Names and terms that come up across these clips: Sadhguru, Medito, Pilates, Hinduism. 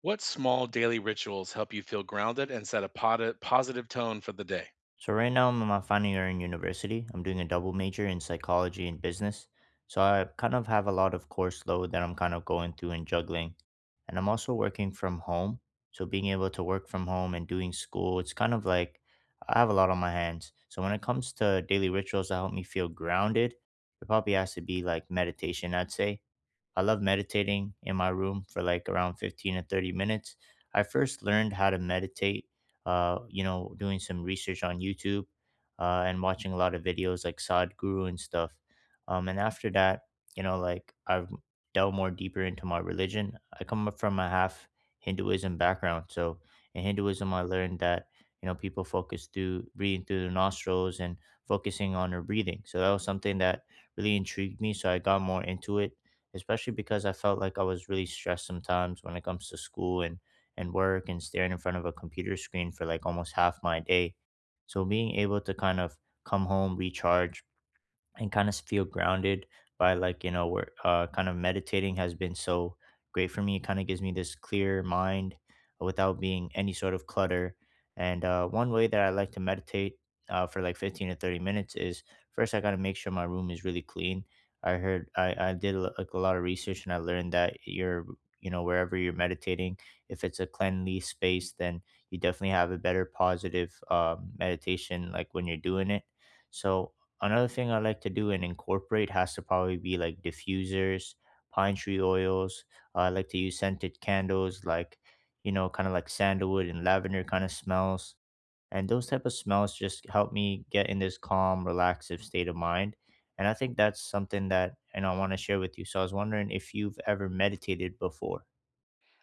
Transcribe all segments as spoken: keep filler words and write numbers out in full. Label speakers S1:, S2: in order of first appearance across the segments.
S1: What small daily rituals help you feel grounded and set a poti- positive tone for the day?
S2: So right now I'm in my final year in university. I'm doing a double major in psychology and business. So I kind of have a lot of course load that I'm kind of going through and juggling. And I'm also working from home. So being able to work from home and doing school, it's kind of like I have a lot on my hands. So when it comes to daily rituals that help me feel grounded, it probably has to be like meditation, I'd say. I love meditating in my room for like around fifteen to thirty minutes. I first learned how to meditate, uh, you know, doing some research on YouTube, uh, and watching a lot of videos like Sadhguru and stuff. Um, and after that, you know, like I've delved more deeper into my religion. I come up from a half Hinduism background. So in Hinduism, I learned that, you know, people focus through breathing through their nostrils and focusing on their breathing. So that was something that really intrigued me. So I got more into it, especially because I felt like I was really stressed sometimes when it comes to school, and, and work and staring in front of a computer screen for like almost half my day. So being able to kind of come home, recharge, and kind of feel grounded by like you know where uh, kind of meditating has been so great for me. It kind of gives me this clear mind without being any sort of clutter. And uh, one way that I like to meditate uh, for like fifteen to thirty minutes is first I got to make sure my room is really clean. I heard I, I did a- like a lot of research, and I learned that you're, you know wherever you're meditating, if it's a cleanly space, then you definitely have a better positive um, meditation like when you're doing it. So another thing I like to do and incorporate has to probably be like diffusers, pine tree oils. uh, I like to use scented candles, like, you know, kind of like sandalwood and lavender kind of smells. And those type of smells just help me get in this calm, relaxive state of mind. And I think that's something that and I want to share with you. So I was wondering if you've ever meditated before.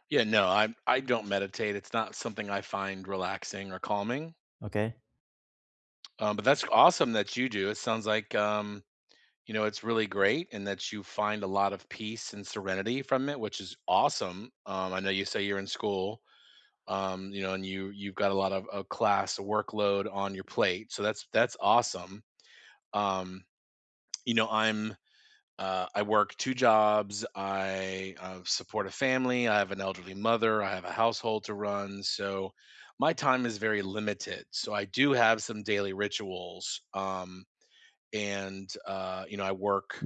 S1: Yeah, no, I I don't meditate. It's not something I find relaxing or calming.
S2: Okay.
S1: Um, but that's awesome that you do. It sounds like um, you know it's really great, and that you find a lot of peace and serenity from it, which is awesome. Um, I know you say you're in school, um, you know, and you you've got a lot of a class workload on your plate, so that's that's awesome. Um, you know, I'm Uh, I work two jobs. I uh, support a family. I have an elderly mother. I have a household to run. So my time is very limited. So I do have some daily rituals. Um, and, uh, you know, I work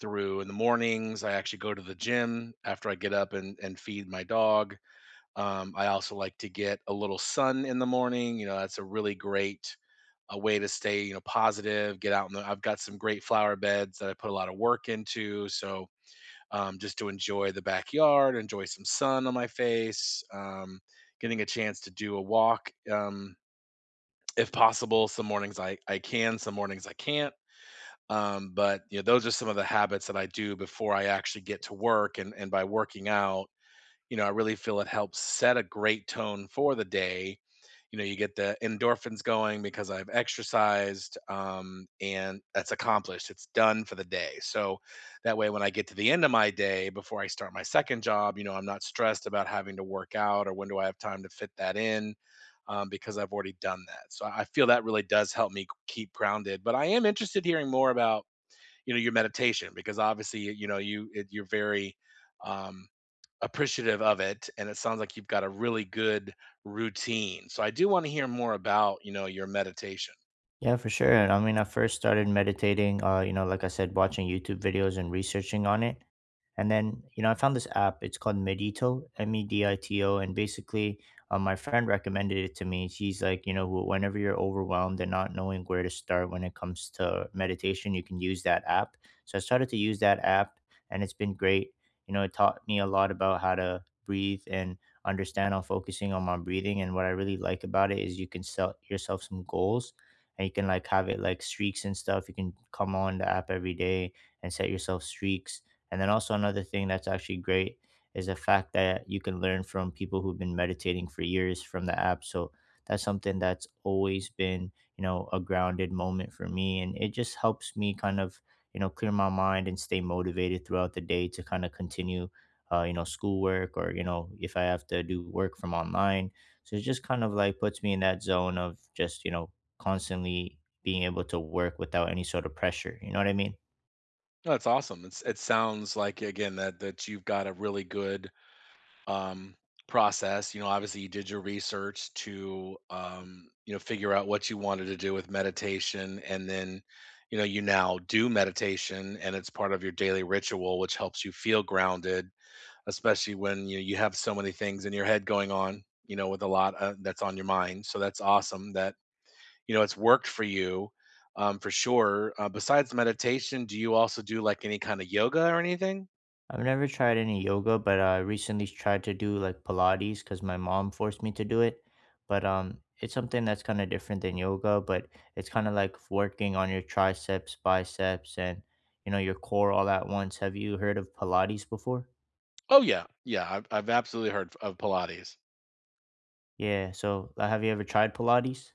S1: through in the mornings. I actually go to the gym after I get up and, and feed my dog. Um, I also like to get a little sun in the morning. You know, that's a really great a way to stay, you know, positive, get out in the I've got some great flower beds that I put a lot of work into. So um, just to enjoy the backyard, enjoy some sun on my face, um, getting a chance to do a walk um, if possible. Some mornings I, I can, some mornings I can't. Um, but you know, those are some of the habits that I do before I actually get to work. And and by working out, you know, I really feel it helps set a great tone for the day. You know, you get the endorphins going because I've exercised, um, and that's accomplished. It's done for the day. So that way, when I get to the end of my day before I start my second job, you know, I'm not stressed about having to work out or when do I have time to fit that in um, because I've already done that. So I I feel that really does help me keep grounded. But I am interested hearing more about you know your meditation because obviously you know you it, you're very um, appreciative of it and it sounds like you've got a really good routine so I do want to hear more about you know your meditation.
S2: Yeah, for sure. And I mean, I first started meditating, uh, you know, like I said, watching YouTube videos and researching on it. And then, you know, I found this app. It's called Medito, M E D I T O. And basically, uh, my friend recommended it to me. She's like, you know, wh- whenever you're overwhelmed and not knowing where to start when it comes to meditation, you can use that app. So I started to use that app, and it's been great. You know, it taught me a lot about how to breathe and understand on focusing on my breathing. And what I really like about it is you can set yourself some goals, and you can like have it like streaks and stuff. You can come on the app every day and set yourself streaks. And then also another thing that's actually great is the fact that you can learn from people who've been meditating for years from the app. So that's something that's always been, you know, a grounded moment for me. And it just helps me kind of, you know, clear my mind and stay motivated throughout the day to kind of continue, uh, you know, schoolwork, or, you know, if I have to do work from online. So it just kind of like puts me in that zone of just, you know, constantly being able to work without any sort of pressure. You know what I mean?
S1: No, that's awesome it's, it sounds like again that that you've got a really good um, process, you know, obviously you did your research to um, you know figure out what you wanted to do with meditation and then you know you now do meditation and it's part of your daily ritual which helps you feel grounded, especially when you you have so many things in your head going on, you know, with a lot uh, that's on your mind. So that's awesome that you know it's worked for you, um, for sure. Uh, besides meditation, do you also do like any kind of yoga or anything?
S2: I've never tried any yoga, but I recently tried to do like Pilates because my mom forced me to do it. But um, it's something that's kind of different than yoga, but it's kind of like working on your triceps, biceps, and, you know your core all at once. Have you heard of Pilates before?
S1: Oh yeah, yeah. I've I've absolutely heard of Pilates.
S2: Yeah. So uh, have you ever tried Pilates?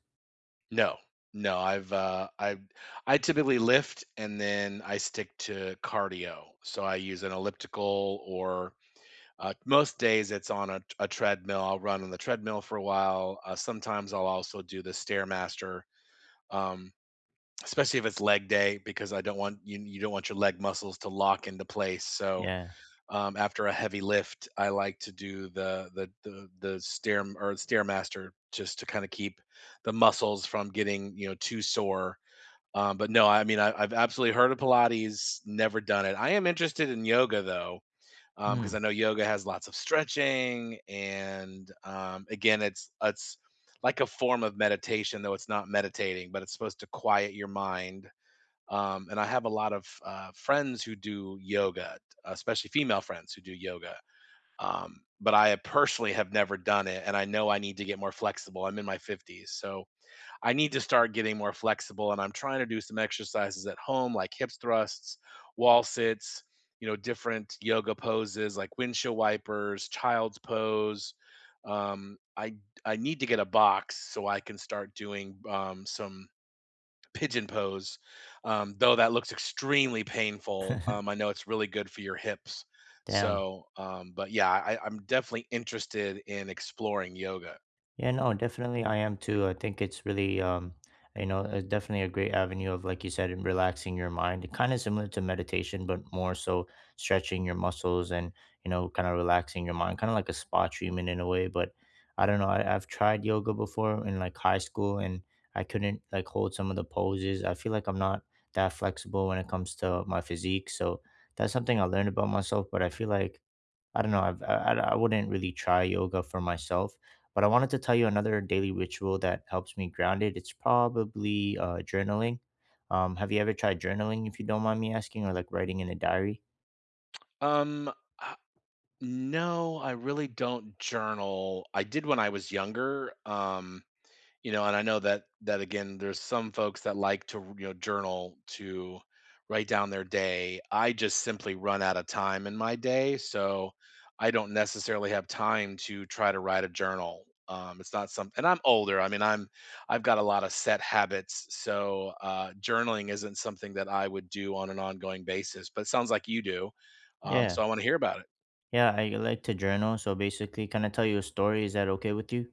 S1: No, no. I've uh, I I typically lift and then I stick to cardio. So I use an elliptical or Uh, most days it's on a, a treadmill. I'll run on the treadmill for a while. Uh, sometimes I'll also do the stairmaster, um, especially if it's leg day, because I don't want you you don't want your leg muscles to lock into place. So
S2: Yeah.
S1: um, after a heavy lift, I like to do the the the, the stair or stairmaster just to kind of keep the muscles from getting you know too sore. Um, but no, I mean I, I've absolutely heard of Pilates, never done it. I am interested in yoga though um,
S2: Hmm.
S1: because I know yoga has lots of stretching, and um, again, it's it's like a form of meditation, though it's not meditating, but it's supposed to quiet your mind. Um, and I have a lot of uh, friends who do yoga, especially female friends who do yoga. Um, but I personally have never done it, and I know I need to get more flexible. I'm in my fifties, so I need to start getting more flexible and I'm trying to do some exercises at home like hip thrusts, wall sits, you know, different yoga poses like windshield wipers, child's pose. Um, I I need to get a box so I can start doing um, some pigeon pose, um, though that looks extremely painful. Um, I know it's really good for your hips.
S2: Damn.
S1: So, um, but yeah, I, I'm definitely interested in exploring yoga.
S2: Yeah, no, definitely I am too. I think it's really, um, you know, uh, definitely a great avenue of, like you said, in relaxing your mind. Kind of similar to meditation, but more so stretching your muscles and, you know, kind of relaxing your mind, kind of like a spa treatment in a way. But I don't know, I, I've tried yoga before in like high school, and I couldn't like hold some of the poses. I feel like I'm not that flexible when it comes to my physique. So that's something I learned about myself, but I feel like I don't know. I've, I I wouldn't really try yoga for myself, but I wanted to tell you another daily ritual that helps me grounded. It's probably uh, journaling. Um, have you ever tried journaling? If you don't mind me asking, or like writing in a diary?
S1: Um, No, I really don't journal. I did when I was younger, um, you know, and I know that that again, there's some folks that like to, you know, journal to write down their day. I just simply run out of time in my day, so I don't necessarily have time to try to write a journal. Um, it's not something, and I'm older. I mean, I'm I've got a lot of set habits, so uh, journaling isn't something that I would do on an ongoing basis. But it sounds like you do, um,
S2: Yeah,
S1: so I want to hear about it.
S2: yeah. I like to journal. So basically, can I tell you a story? Is that okay with you?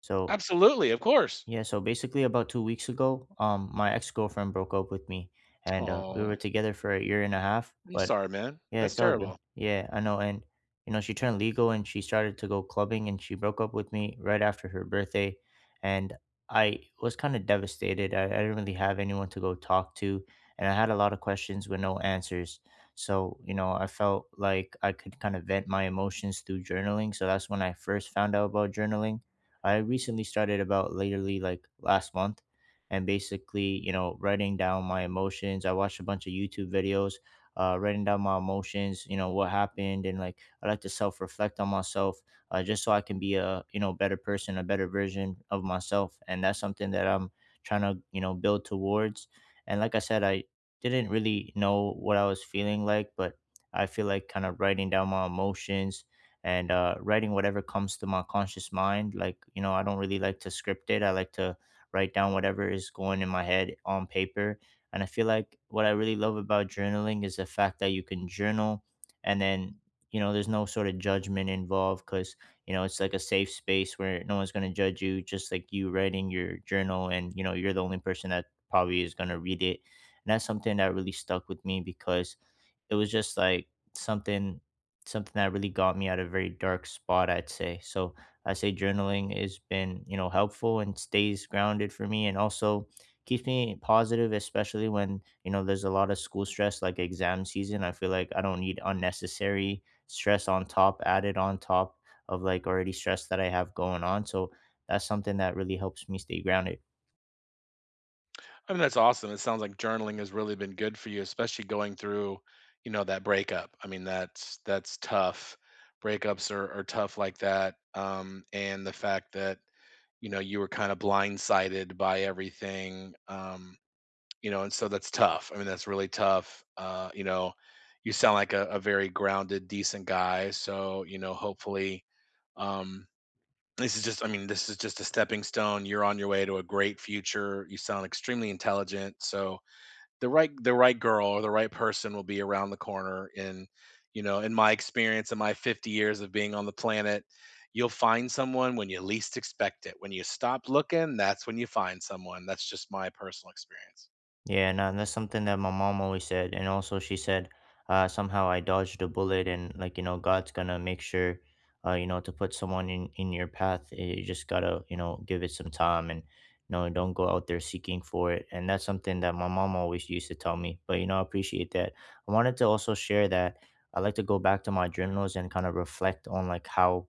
S2: So
S1: Absolutely, of course.
S2: yeah. So basically, about two weeks ago, um, my ex girlfriend broke up with me, and uh, we
S1: Oh,
S2: were together for a year and a half,
S1: I'm
S2: but...
S1: sorry, man.
S2: Yeah,
S1: That's
S2: it's all good.
S1: terrible.
S2: Yeah, I know. And, you know, she turned legal and she started to go clubbing, and she broke up with me right after her birthday. And I was kind of devastated. I, I didn't really have anyone to go talk to. And I had a lot of questions with no answers. So, you know, I felt like I could kind of vent my emotions through journaling. So that's when I first found out about journaling. I recently started about literally like last month. And basically, you know, writing down my emotions. I watched a bunch of YouTube videos, uh, writing down my emotions, you know, what happened, and like I like to self reflect on myself, uh, just so I can be a, you know better person, a better version of myself, and that's something that I'm trying to, you know build towards. And like I said, I didn't really know what I was feeling like, but I feel like kind of writing down my emotions and uh, writing whatever comes to my conscious mind. Like, you know, I don't really like to script it. I like to write down whatever is going in my head on paper, and I feel like what I really love about journaling is the fact that you can journal, and then, you know, there's no sort of judgment involved because, you know, it's like a safe space where no one's going to judge you, just like you writing your journal, and, you know, you're the only person that probably is going to read it. And that's something that really stuck with me because it was just like something something that really got me out of a very dark spot, I'd say. So I say journaling has been, you know helpful and stays grounded for me and also keeps me positive, especially when, you know there's a lot of school stress, like exam season. I feel like I don't need unnecessary stress on top, added on top of like already stress that I have going on. So that's something that really helps me stay grounded.
S1: I mean, that's awesome. It sounds like journaling has really been good for you, especially going through, you know, that breakup. I mean, that's that's tough. Breakups are are tough like that. Um, and the fact that, you know, you were kind of blindsided by everything, um, you know, and so that's tough. I mean, that's really tough. Uh, you know, you sound like a, a very grounded, decent guy. So, you know, hopefully, um, this is just I mean, this is just a stepping stone. You're on your way to a great future. You sound extremely intelligent. So the right the right girl or the right person will be around the corner. And, you know, in my experience in my fifty years of being on the planet, you'll find someone when you least expect it. When you stop looking, that's when you find someone. That's just my personal experience.
S2: Yeah, no, and that's something that my mom always said. And also, she said, uh, somehow I dodged a bullet, and like, you know, God's gonna make sure, uh, you know, to put someone in, in your path. eh, You just gotta, you know, give it some time, and, you know, don't go out there seeking for it. And that's something that my mom always used to tell me. But, you know, I appreciate that. I wanted to also share that I like to go back to my journals and kind of reflect on like how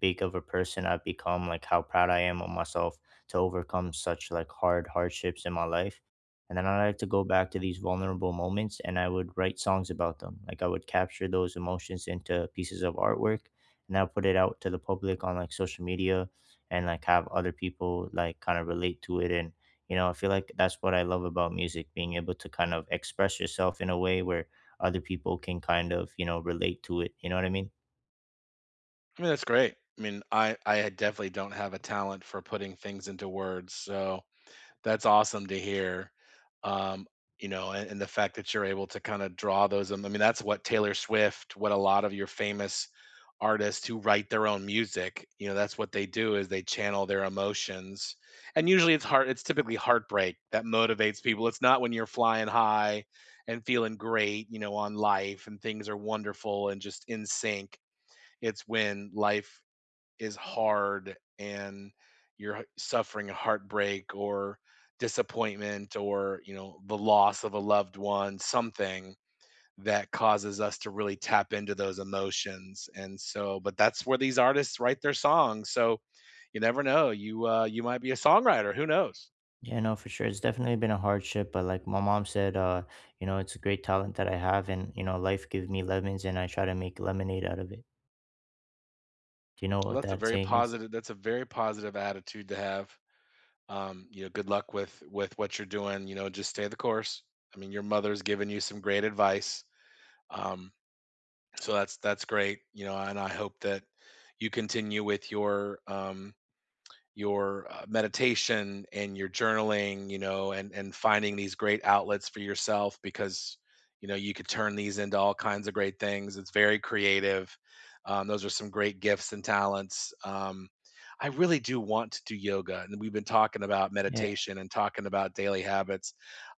S2: big of a person I've become, like how proud I am of myself to overcome such like hard hardships in my life. And then I like to go back to these vulnerable moments, and I would write songs about them. Like I would capture those emotions into pieces of artwork, and I put it out to the public on like social media, and like have other people like kind of relate to it, and, you know, I feel like that's what I love about music, being able to kind of express yourself in a way where other people can kind of, you know, relate to it. You know what I mean?
S1: I mean, that's great. I mean, I I definitely don't have a talent for putting things into words. So that's awesome to hear. Um, you know, and, and the fact that you're able to kind of draw those. I mean, that's what Taylor Swift, what a lot of your famous artists who write their own music, you know, that's what they do is they channel their emotions. And usually it's heart, it's typically heartbreak that motivates people. It's not when you're flying high and feeling great, you know, on life and things are wonderful and just in sync. It's when life is hard and you're suffering a heartbreak or disappointment or you know the loss of a loved one, something that causes us to really tap into those emotions and so but that's where these artists write their songs. So you never know, you uh you might be a songwriter, who knows.
S2: Yeah, no, for sure. It's definitely been a hardship, but like my mom said, uh, you know, it's a great talent that I have, and, you know, life gives me lemons, and I try to make lemonade out of it. Do you know
S1: Well,
S2: what
S1: that's a
S2: that
S1: very
S2: saying is?
S1: positive, that's a very positive attitude to have. Um you know, good luck with with what you're doing, you know, just stay the course. I mean, your mother's given you some great advice. um So that's that's great, you know, and I hope that you continue with your um your uh, meditation and your journaling, you know, and and finding these great outlets for yourself, because you know you could turn these into all kinds of great things. It's very creative. Um, those are some great gifts and talents. Um, I really do want to do yoga, and we've been talking about
S2: Yeah,
S1: meditation and talking about daily habits.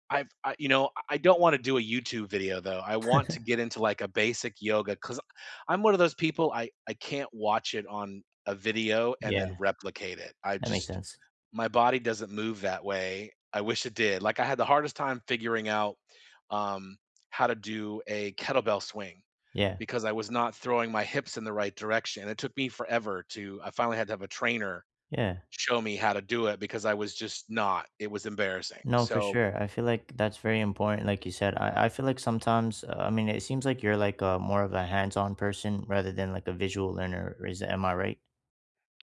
S1: I've I, you know, I don't want to do a YouTube video though. I want to get into like a basic yoga because I'm one of those people I I can't watch it on a video and then
S2: yeah,
S1: replicate it. I
S2: that makes
S1: just
S2: sense.
S1: my body doesn't move that way. I wish it did. Like I had the hardest time figuring out um, how to do a kettlebell swing
S2: Yeah,
S1: because I was not throwing my hips in the right direction. It took me forever to. I finally had to have a trainer
S2: yeah.
S1: show me how to do it because I was just not. It was embarrassing.
S2: No, for
S1: So
S2: sure. I feel like that's very important. Like you said, I, I feel like sometimes, uh, I mean, it seems like you're like a, more of a hands-on person rather than like a visual learner. Is Am I right?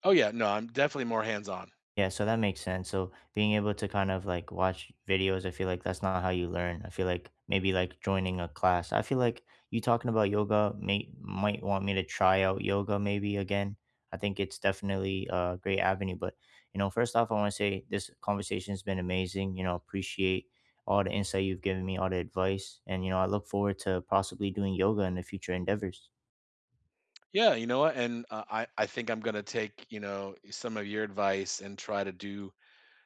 S1: oh yeah, no, I'm definitely more hands-on.
S2: Yeah, so that makes sense. So being able to kind of like watch videos, I feel like that's not how you learn. I feel like maybe like joining a class. I feel like you talking about yoga may might want me to try out yoga maybe again. I think it's definitely a great avenue. But, you know, first off, I want to say this conversation has been amazing. You know, appreciate all the insight you've given me, all the advice, and, you know, I look forward to possibly doing yoga in the future endeavors.
S1: Yeah, you know what? And uh, I I think I'm gonna take you know some of your advice and try to do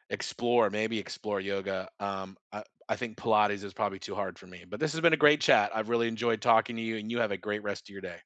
S1: explore maybe explore yoga. Um, I I think Pilates is probably too hard for me. But this has been a great chat. I've really enjoyed talking to you, and you have a great rest of your day.